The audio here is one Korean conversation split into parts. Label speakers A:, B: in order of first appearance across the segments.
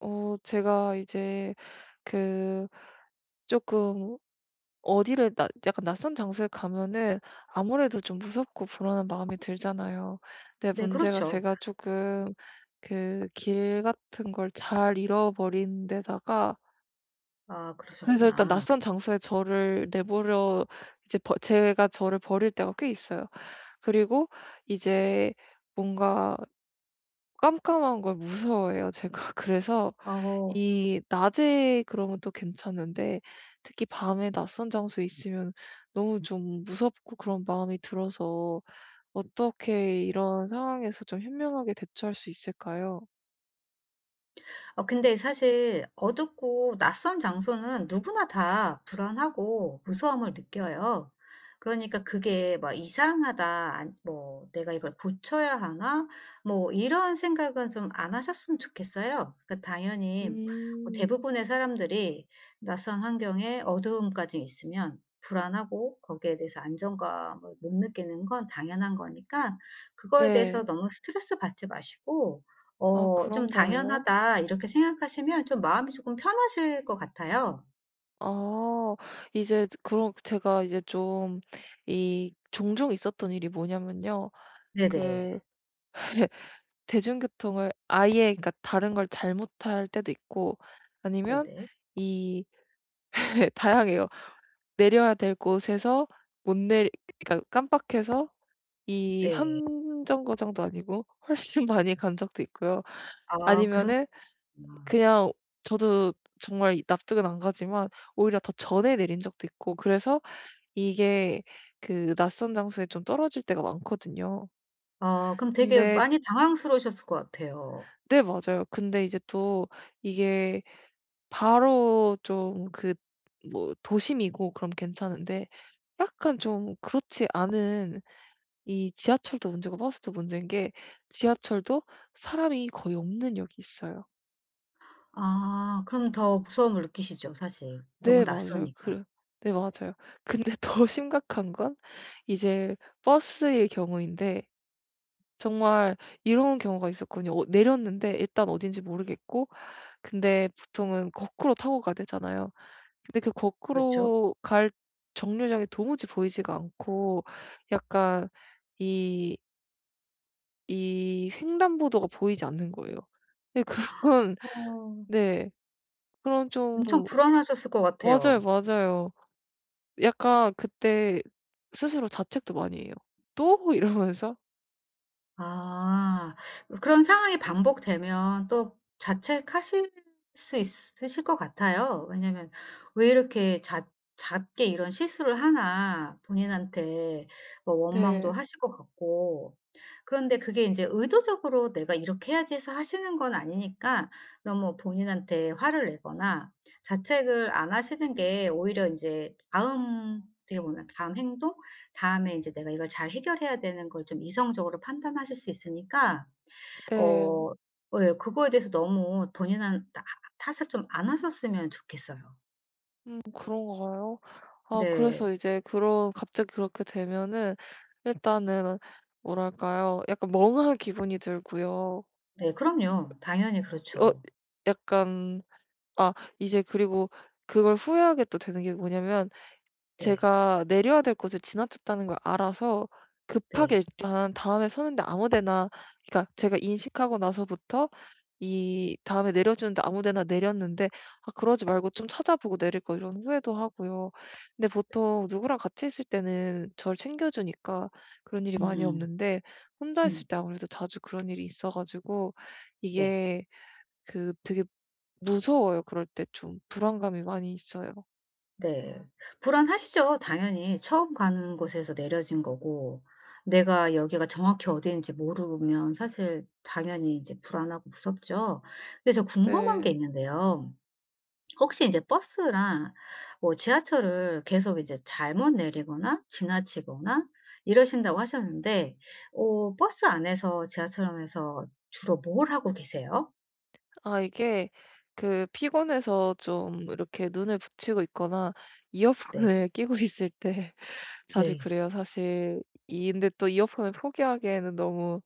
A: 제가 이제 그 조금 어디를 낯 약간 낯선 장소에 가면은 아무래도 좀 무섭고 불안한 마음이 들잖아요. 근데
B: 네,
A: 문제가
B: 그렇죠.
A: 제가 조금 길 같은 걸 잘 잃어버린 데다가,
B: 아,
A: 그래서 일단
B: 그러셨구나.
A: 낯선 장소에 저를 내버려 이제 버 제가 저를 버릴 때가 꽤 있어요. 그리고 이제 뭔가 깜깜한 걸 무서워해요, 제가. 그래서
B: 어.
A: 이 낮에 그러면 또 괜찮은데, 특히 밤에 낯선 장소에 있으면 너무 좀 무섭고 그런 마음이 들어서, 어떻게 이런 상황에서 좀 현명하게 대처할 수 있을까요?
B: 근데 사실 어둡고 낯선 장소는 누구나 다 불안하고 무서움을 느껴요. 그러니까 그게 막 '이상하다. 안 뭐 내가 이걸 고쳐야 하나?' 뭐 이런 생각은 좀 안 하셨으면 좋겠어요. 그러니까 당연히 뭐
A: 음.
B: 대부분의 사람들이 낯선 환경에 어두움까지 있으면 불안하고 거기에 대해서 안정감을 못 느끼는 건 당연한 거니까 그거에 대해서
A: 네.
B: 너무 스트레스 받지 마시고
A: 아,
B: 좀
A: 그런가요?
B: '당연하다.' 이렇게 생각하시면 좀 마음이 조금 편하실 것 같아요.
A: 아, 이제 그런, 제가 이제 좀 이 종종 있었던 일이 뭐냐면요.
B: 네네.
A: 그 대중교통을 아예, 그러니까 다른 걸 잘못 할 때도 있고, 아니면
B: 네네.
A: 이 다양해요. 내려야 될 곳에서 못 내리 그러니까 깜빡해서, 이
B: 네.
A: 한 정거장도 아니고 훨씬 많이 간 적도 있고요.
B: 아, 그런
A: 아니면은 그냥, 저도 정말 납득은 안 가지만 오히려 더 전에 내린 적도 있고, 그래서 이게 낯선 장소에 좀 떨어질 때가 많거든요.
B: 아, 그럼 되게
A: 근데,
B: 많이 당황스러우셨을 것 같아요.
A: 네 맞아요. 근데 이제 또 이게 바로 좀, 뭐, 도심이고 그럼 괜찮은데, 약간 좀 그렇지 않은, 이 지하철도 문제고 버스도 문제인 게, 지하철도 사람이 거의 없는 역이 있어요.
B: 아, 그럼 더 무서움을 느끼시죠 사실. 너무
A: 네 맞아요.
B: 낯서니까.
A: 네 맞아요. 근데 더 심각한 건 이제 버스의 경우인데, 정말 이런 경우가 있었거든요. 내렸는데 일단 어딘지 모르겠고, 근데 보통은 거꾸로 타고 가야 되잖아요. 근데
B: 그렇죠?
A: 거꾸로 갈 정류장이 도무지 보이지가 않고, 약간 이 이 횡단보도가 보이지 않는 거예요. 예. 그런
B: 어
A: 네. 그런 좀
B: 엄청 불안하셨을 것
A: 맞아요,
B: 같아요.
A: 맞아요. 약간 그때 스스로 자책도 많이 해요. '또?' 이러면서.
B: 아. 그런 상황이 반복되면 또 자책하실 수 있으실 것 같아요. 왜냐면 '왜 이렇게 잦 잦게 이런 실수를 하나.' 본인한테 뭐 원망도
A: 네.
B: 하실 것 같고. 그런데 그게 인제 의도적으로 '내가 이렇게 해야지.' 해서 하시는 건 아니니까 너무 본인한테 화를 내거나 자책을 안 하시는 게 오히려 인제 다음 어떻게 보면 다음 행동? 다음에 이제 내가 이걸 잘 해결해야 되는 걸 좀 이성적으로 판단하실 수 있으니까
A: 네.
B: 어 예, 그거에 대해서 너무 본인한 탓 탓을 좀 안 하셨으면 좋겠어요.
A: 음, 그런가요? 아, 그래서
B: 네.
A: 이제 그런, 갑자기 그렇게 되면은, 일단은 뭐랄까요? 약간 멍한 기분이 들고요.
B: 네, 그럼요. 당연히
A: 어
B: 그렇죠.
A: 약간, 아, 이제 그리고 그걸 후회하게 또 되는 게 뭐냐면,
B: 네.
A: 제가 내려야 될 곳을 지나쳤다는 걸 알아서
B: 네.
A: 급하게 일단 다음에 서는데 아무 데나, 그러니까 제가 인식하고 나서부터 이 다음에 내려주는데 아무 데나 내렸는데, '아, 그러지 말고 좀 찾아보고 내릴 걸.' 이런 후회도 하고요. 근데
B: 네.
A: 보통 누구랑 같이 있을 때는 저를 챙겨 주니까 그런 일이 많이
B: 음.
A: 없는데, 혼자 있을
B: 음.
A: 때 아무래도 자주 그런 일이 있어 가지고,
B: 네.
A: 이게 되게 무서워요. 그럴 때 좀 불안감이 많이 있어요.
B: 네. 불안하시죠 당연히. 처음 가는 곳에서 내려진 거고 내가 여기가 정확히 어디인지 모르면 사실 당연히 이제 불안하고 무섭죠. 근데 저 궁금한 게
A: 네.
B: 있는데요. 혹시 이제 버스랑 뭐 지하철을 계속 이제 잘못 내리거나 지나치거나 이러신다고 하셨는데 어 버스 안에서 지하철 안에서 주로 뭘 하고 계세요?
A: 아, 이게 피곤해서 좀 이렇게 눈을 붙이고 있거나
B: 네.
A: 이어폰을 끼고 있을 때 자주
B: 네.
A: 그래요, 사실. 이 근데 또 이어폰을 포기하기에는 너무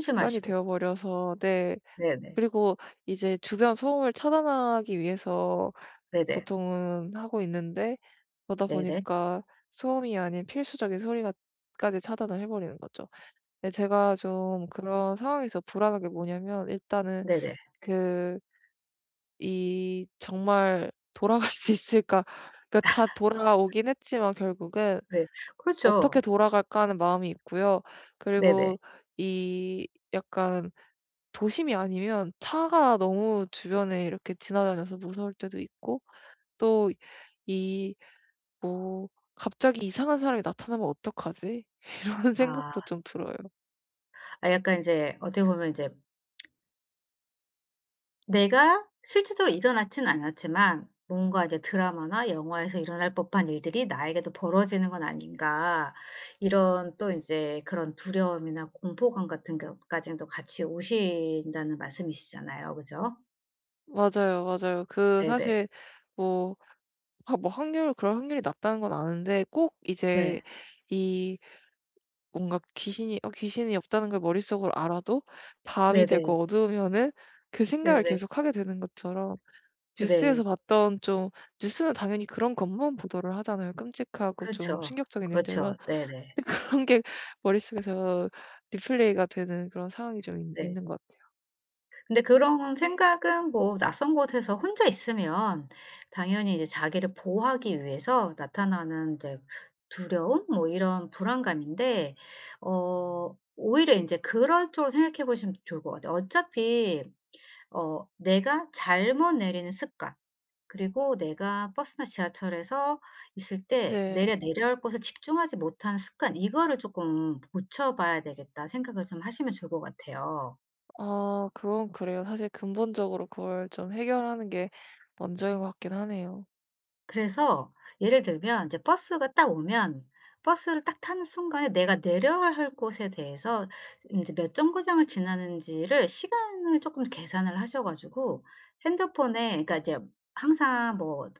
A: 습관이 되어 버려서, 네.
B: 네네.
A: 그리고 이제 주변 소음을 차단하기 위해서
B: 네네.
A: 보통은 하고 있는데, 그러다
B: 네네.
A: 보니까 소음이 아닌 필수적인 소리 까지 차단을 해 버리는 거죠. 네. 제가 좀 그런 상황에서 불안한 게 뭐냐면, 일단은
B: 네네.
A: 그 이 정말 돌아갈 수 있을까, 그러니까 다 돌아오긴 했지만 결국은
B: 네.
A: '어떻게
B: 그렇죠.
A: 돌아갈까.' 하는 마음이 있고요.
B: 네네.
A: 그리고 이 약간, 도심이 아니면 차가 너무 주변에 이렇게 지나다녀서 무서울 때도 있고, 또 이 뭐, '갑자기 이상한 사람이 나타나면 어떡하지?' 이런 생각도
B: 아.
A: 좀 들어요.
B: 아, 약간 인제 어떻게 보면 이제 내가 실제적으로 일어나진 않았지만 뭔가 이제 드라마나 영화에서 일어날 법한 일들이 나에게도 벌어지는 건 아닌가. 이런 또 인제 그런 두려움이나 공포감 같은 것까지는 또 같이 오신다는 말씀이시잖아요. 그죠?
A: 맞아요, 맞아요.
B: 네네.
A: 사실, 뭐 아, 뭐 확률 그럴 확률이 낮다는 건 아는데, 꼭 이제
B: 네.
A: 이 뭔가, 귀신이 없다는 걸 머릿속으로 알아도 밤이
B: 네네.
A: 되고 어두우면은 그 생각을
B: 네네.
A: 계속하게 되는 것처럼,
B: 네.
A: 뉴스에서 봤던 좀, 뉴스는 당연히 그런 것만 보도를 하잖아요, 끔찍하고 좀
B: 그렇죠.
A: 충격적인 일들만.
B: 그렇죠. 네네.
A: 그런 게 머릿속에서 리플레이가 되는 그런 상황이 좀 있
B: 네.
A: 있는 것 같아요.
B: 근데 그런 생각은 뭐 낯선 곳에서 혼자 있으면 당연히 이제 자기를 보호하기 위해서 나타나는 이제 두려움 뭐 이런 불안감인데 오히려 인제 그런 쪽으로 생각해 보시면 좋을 것 같아요. 어차피 어 내가 잘못 내리는 습관 그리고 내가 버스나 지하철에서 있을 때
A: 네.
B: 내려올 곳에 집중하지 못하는 습관, 이거를 쪼끔 고쳐 봐야 되겠다 생각을 좀 하시면 좋을 것 같아요.
A: 아, 그건 그래요. 사실 근본적으로 그걸 좀 해결하는 게 먼저인 것 같긴 하네요.
B: 그래서 예를 들면 이제 버스가 딱 오면 버스를 딱 타는 순간에 내가 내려야 할 곳에 대해서 인제 몇 정거장을 지나는지를 시간을 쪼끔 계산을 하셔 가지고 핸드폰에 그러니까 이제 항상 뭐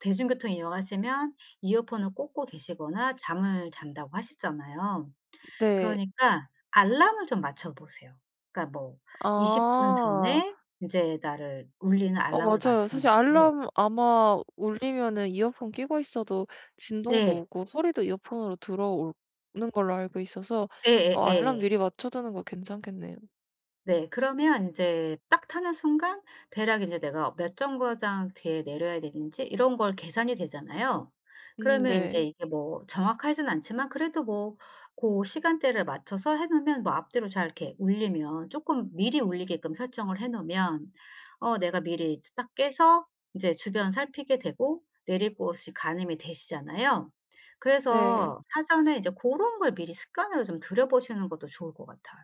B: 대중교통 이용하시면 이어폰을 꽂고 계시거나 잠을 잔다고 하시잖아요.
A: 네.
B: 그러니까 알람을 좀 맞춰 보세요. 그러니까 뭐 20분
A: 아.
B: 전에 인제 나를 울리는
A: 어,
B: 알람을
A: 맞아요.
B: 맞춰
A: 사실
B: 놓고.
A: 알람 아마 울리면은 이어폰 끼고 있어도 진동도
B: 네.
A: 오고 소리도 이어폰으로 들어오는 걸로 알고 있어서, 알람
B: 예예예.
A: 미리 맞춰 두는 거 괜찮겠네요.
B: 네. 그러면 인제 딱 타는 순간 대략 이제 내가 몇 정거장 뒤에 내려야 되는지 이런 걸 계산이 되잖아요. 그러면 인제
A: 네.
B: 이게 뭐 정확하진 않지만 그래도 뭐 고 시간대를 맞춰서 해 놓으면 뭐 앞뒤로 잘 이렇게 울리면 쪼끔 미리 울리게끔 설정을 해 놓으면 어 내가 미리 이제 딱 깨서 인제 주변 살피게 되고 내릴 곳이 가늠이 되시잖아요.
A: 네.
B: 그래서 사전에 이제 고런 걸 미리 습관으로 좀 들여 보시는 것도 좋을 것 같아요.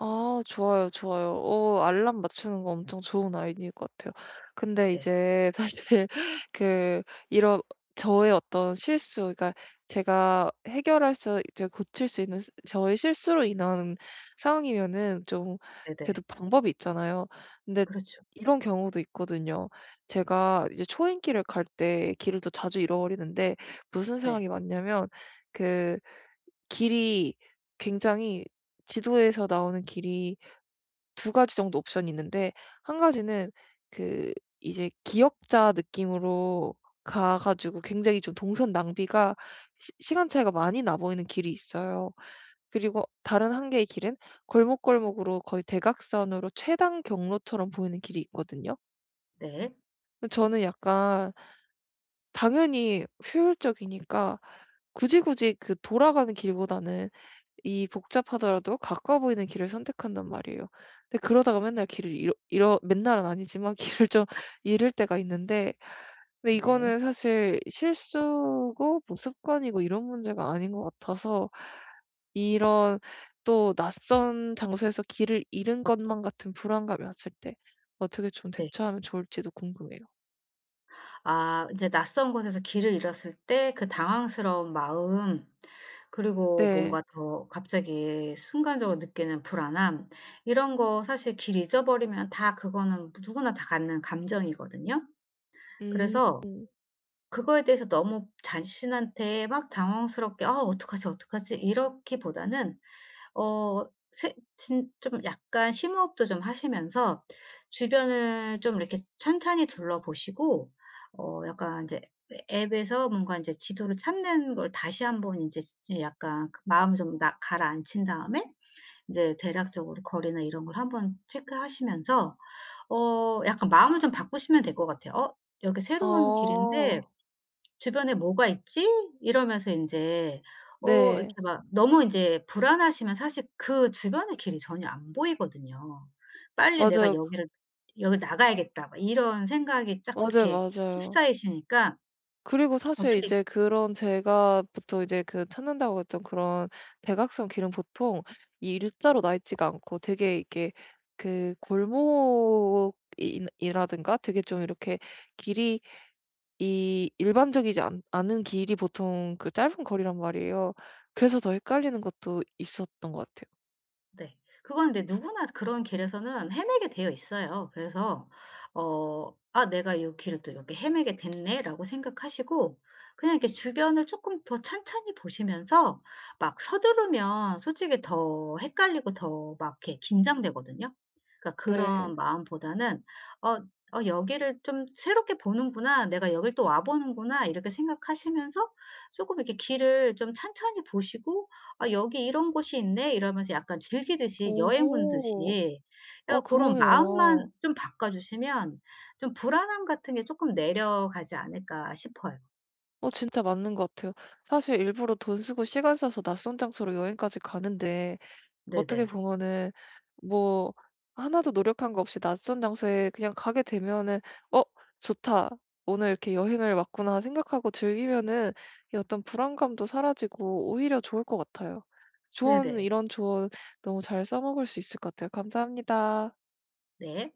A: 아, 좋아요, 좋아요. 알람 맞추는 거 엄청 좋은 아이디어인 것 같아요. 근데
B: 네.
A: 이제 사실 그 이런, 저의 어떤 실수, 그러니까 제가 해결할 수 이제 고칠 수 있는, 스 저의 실수로 인한 상황이면은, 좀
B: 네네.
A: 그래도 방법이 있잖아요. 근데
B: 그렇죠.
A: 이런 경우도 있거든요. 제가 이제 초행길을 갈 때 길을 또 자주 잃어버리는데, 무슨
B: 네.
A: 상황이 많냐면, 그 길이 굉장히 지도에서 나오는 길이 두 가지 정도 옵션이 있는데, 한 가지는 그 이제 기역자 느낌으로 가 가지고 굉장히 좀 동선 낭비가 시 시간 차이가 많이 나 보이는 길이 있어요. 그리고 다른 한 개의 길은 골목골목으로 거의 대각선으로 최단 경로처럼 보이는 길이 있거든요.
B: 네.
A: 근데 저는 약간, 당연히 효율적이니까 굳이 굳이 돌아가는 길보다는 이 복잡하더라도 가까워 보이는 길을 선택한단 말이에요. 근데 그러다가 맨날 길을 잃어, 맨날은 아니지만 길을 좀 잃을 때가 있는데, 근데
B: 네.
A: 이거는 사실 실수고 뭐 습관이고 이런 문제가 아닌 것 같아서, 이런 또 낯선 장소에서 길을 잃은 것만 같은 불안감이 왔을 때 어떻게 좀
B: 네.
A: 대처하면 좋을지도 궁금해요.
B: 아, 인제 낯선 곳에서 길을 잃었을 때 그 당황스러운 마음 그리고
A: 네.
B: 뭔가 더 갑자기 순간적으로 느끼는 불안함 이런 거 사실 길 잊어버리면 다 그거는 누구나 다 갖는 감정이거든요.
A: 음.
B: 그래서 그거에 대해서 너무 자신한테 막 당황스럽게 '아 어떡하지, 어떡하지?' 이렇기보다는 어 진 좀 약간 심호흡도 좀 하시면서 주변을 좀 이렇게 천천히 둘러보시고 어 약간 이제 앱에서 뭔가 이제 지도를 찾는 걸 다시 한번 이제 약간 그 마음을 좀 나 가라앉힌 다음에 이제 대략적으로 거리나 이런 걸 한번 체크하시면서 어 약간 마음을 좀 바꾸시면 될 것 같아요. '어 여기 새로운 길인데
A: 어.
B: 주변에 뭐가 있지?' 이러면서 인제
A: 네.
B: 이렇게 막 너무 인제 불안하시면 사실 그 주변의 길이 전혀 안 보이거든요. '빨리 내가
A: 맞아요.
B: 여기를 여길 나가야겠다.' 막 이런 생각이 쫙
A: 맞아요,
B: 그렇게
A: 맞아요.
B: 휩싸이시니까
A: 그리고 사실
B: 어차피
A: 이제 그런, 제가 보통 이제 찾는다고 했던 그런 대각선 길은 보통 이 일자로 나 있지가 않고, 되게 이게 골목이 이라든가 되게 좀 이렇게, 길이 이 일반적이지 않은 길이 보통 짧은 거리란 말이에요. 그래서 더 헷갈리는 것도 있었던 것 같아요.
B: 네. 그건 근데 누구나 그런 길에서는 헤매게 되어 있어요. 그래서 어 '아 내가 요 길을 또 이렇게 헤매게 됐네.'라고 생각하시고 그냥 이렇게 주변을 쪼끔 더 찬찬히 보시면서 막 서두르면 솔직히 더 헷갈리고 더 막 이렇게 긴장되거든요. 그러니까 그런
A: 네.
B: 마음보다는 '어 어 여기를 좀 새롭게 보는구나. 내가 여길 또 와 보는구나.' 이렇게 생각하시면서 쪼끔 이렇게 길을 좀 찬찬히 보시고 "아 여기 이런 곳이 있네." 이러면서 약간 즐기듯이 여행 온
A: 오.
B: 듯이 어
A: 어,
B: 고런
A: 그러네요.
B: 마음만 좀 바꿔 주시면 좀 불안함 같은 게 쪼끔 내려가지 않을까 싶어요.
A: 어, 진짜 맞는 것 같아요. 사실 일부러 돈 쓰고 시간 써서 낯선 장소로 여행까지 가는데, 어떻게
B: 네네.
A: 보면은 뭐 하나도 노력한 거 없이 낯선 장소에 그냥 가게 되면은 '어, 좋다. 오늘 이렇게 여행을 왔구나.' 생각하고 즐기면은 이 어떤 불안감도 사라지고 오히려 좋을 것 같아요. 조언
B: 네네.
A: 이런 조언 너무 잘 써먹을 수 있을 것 같아요. 감사합니다.
B: 네.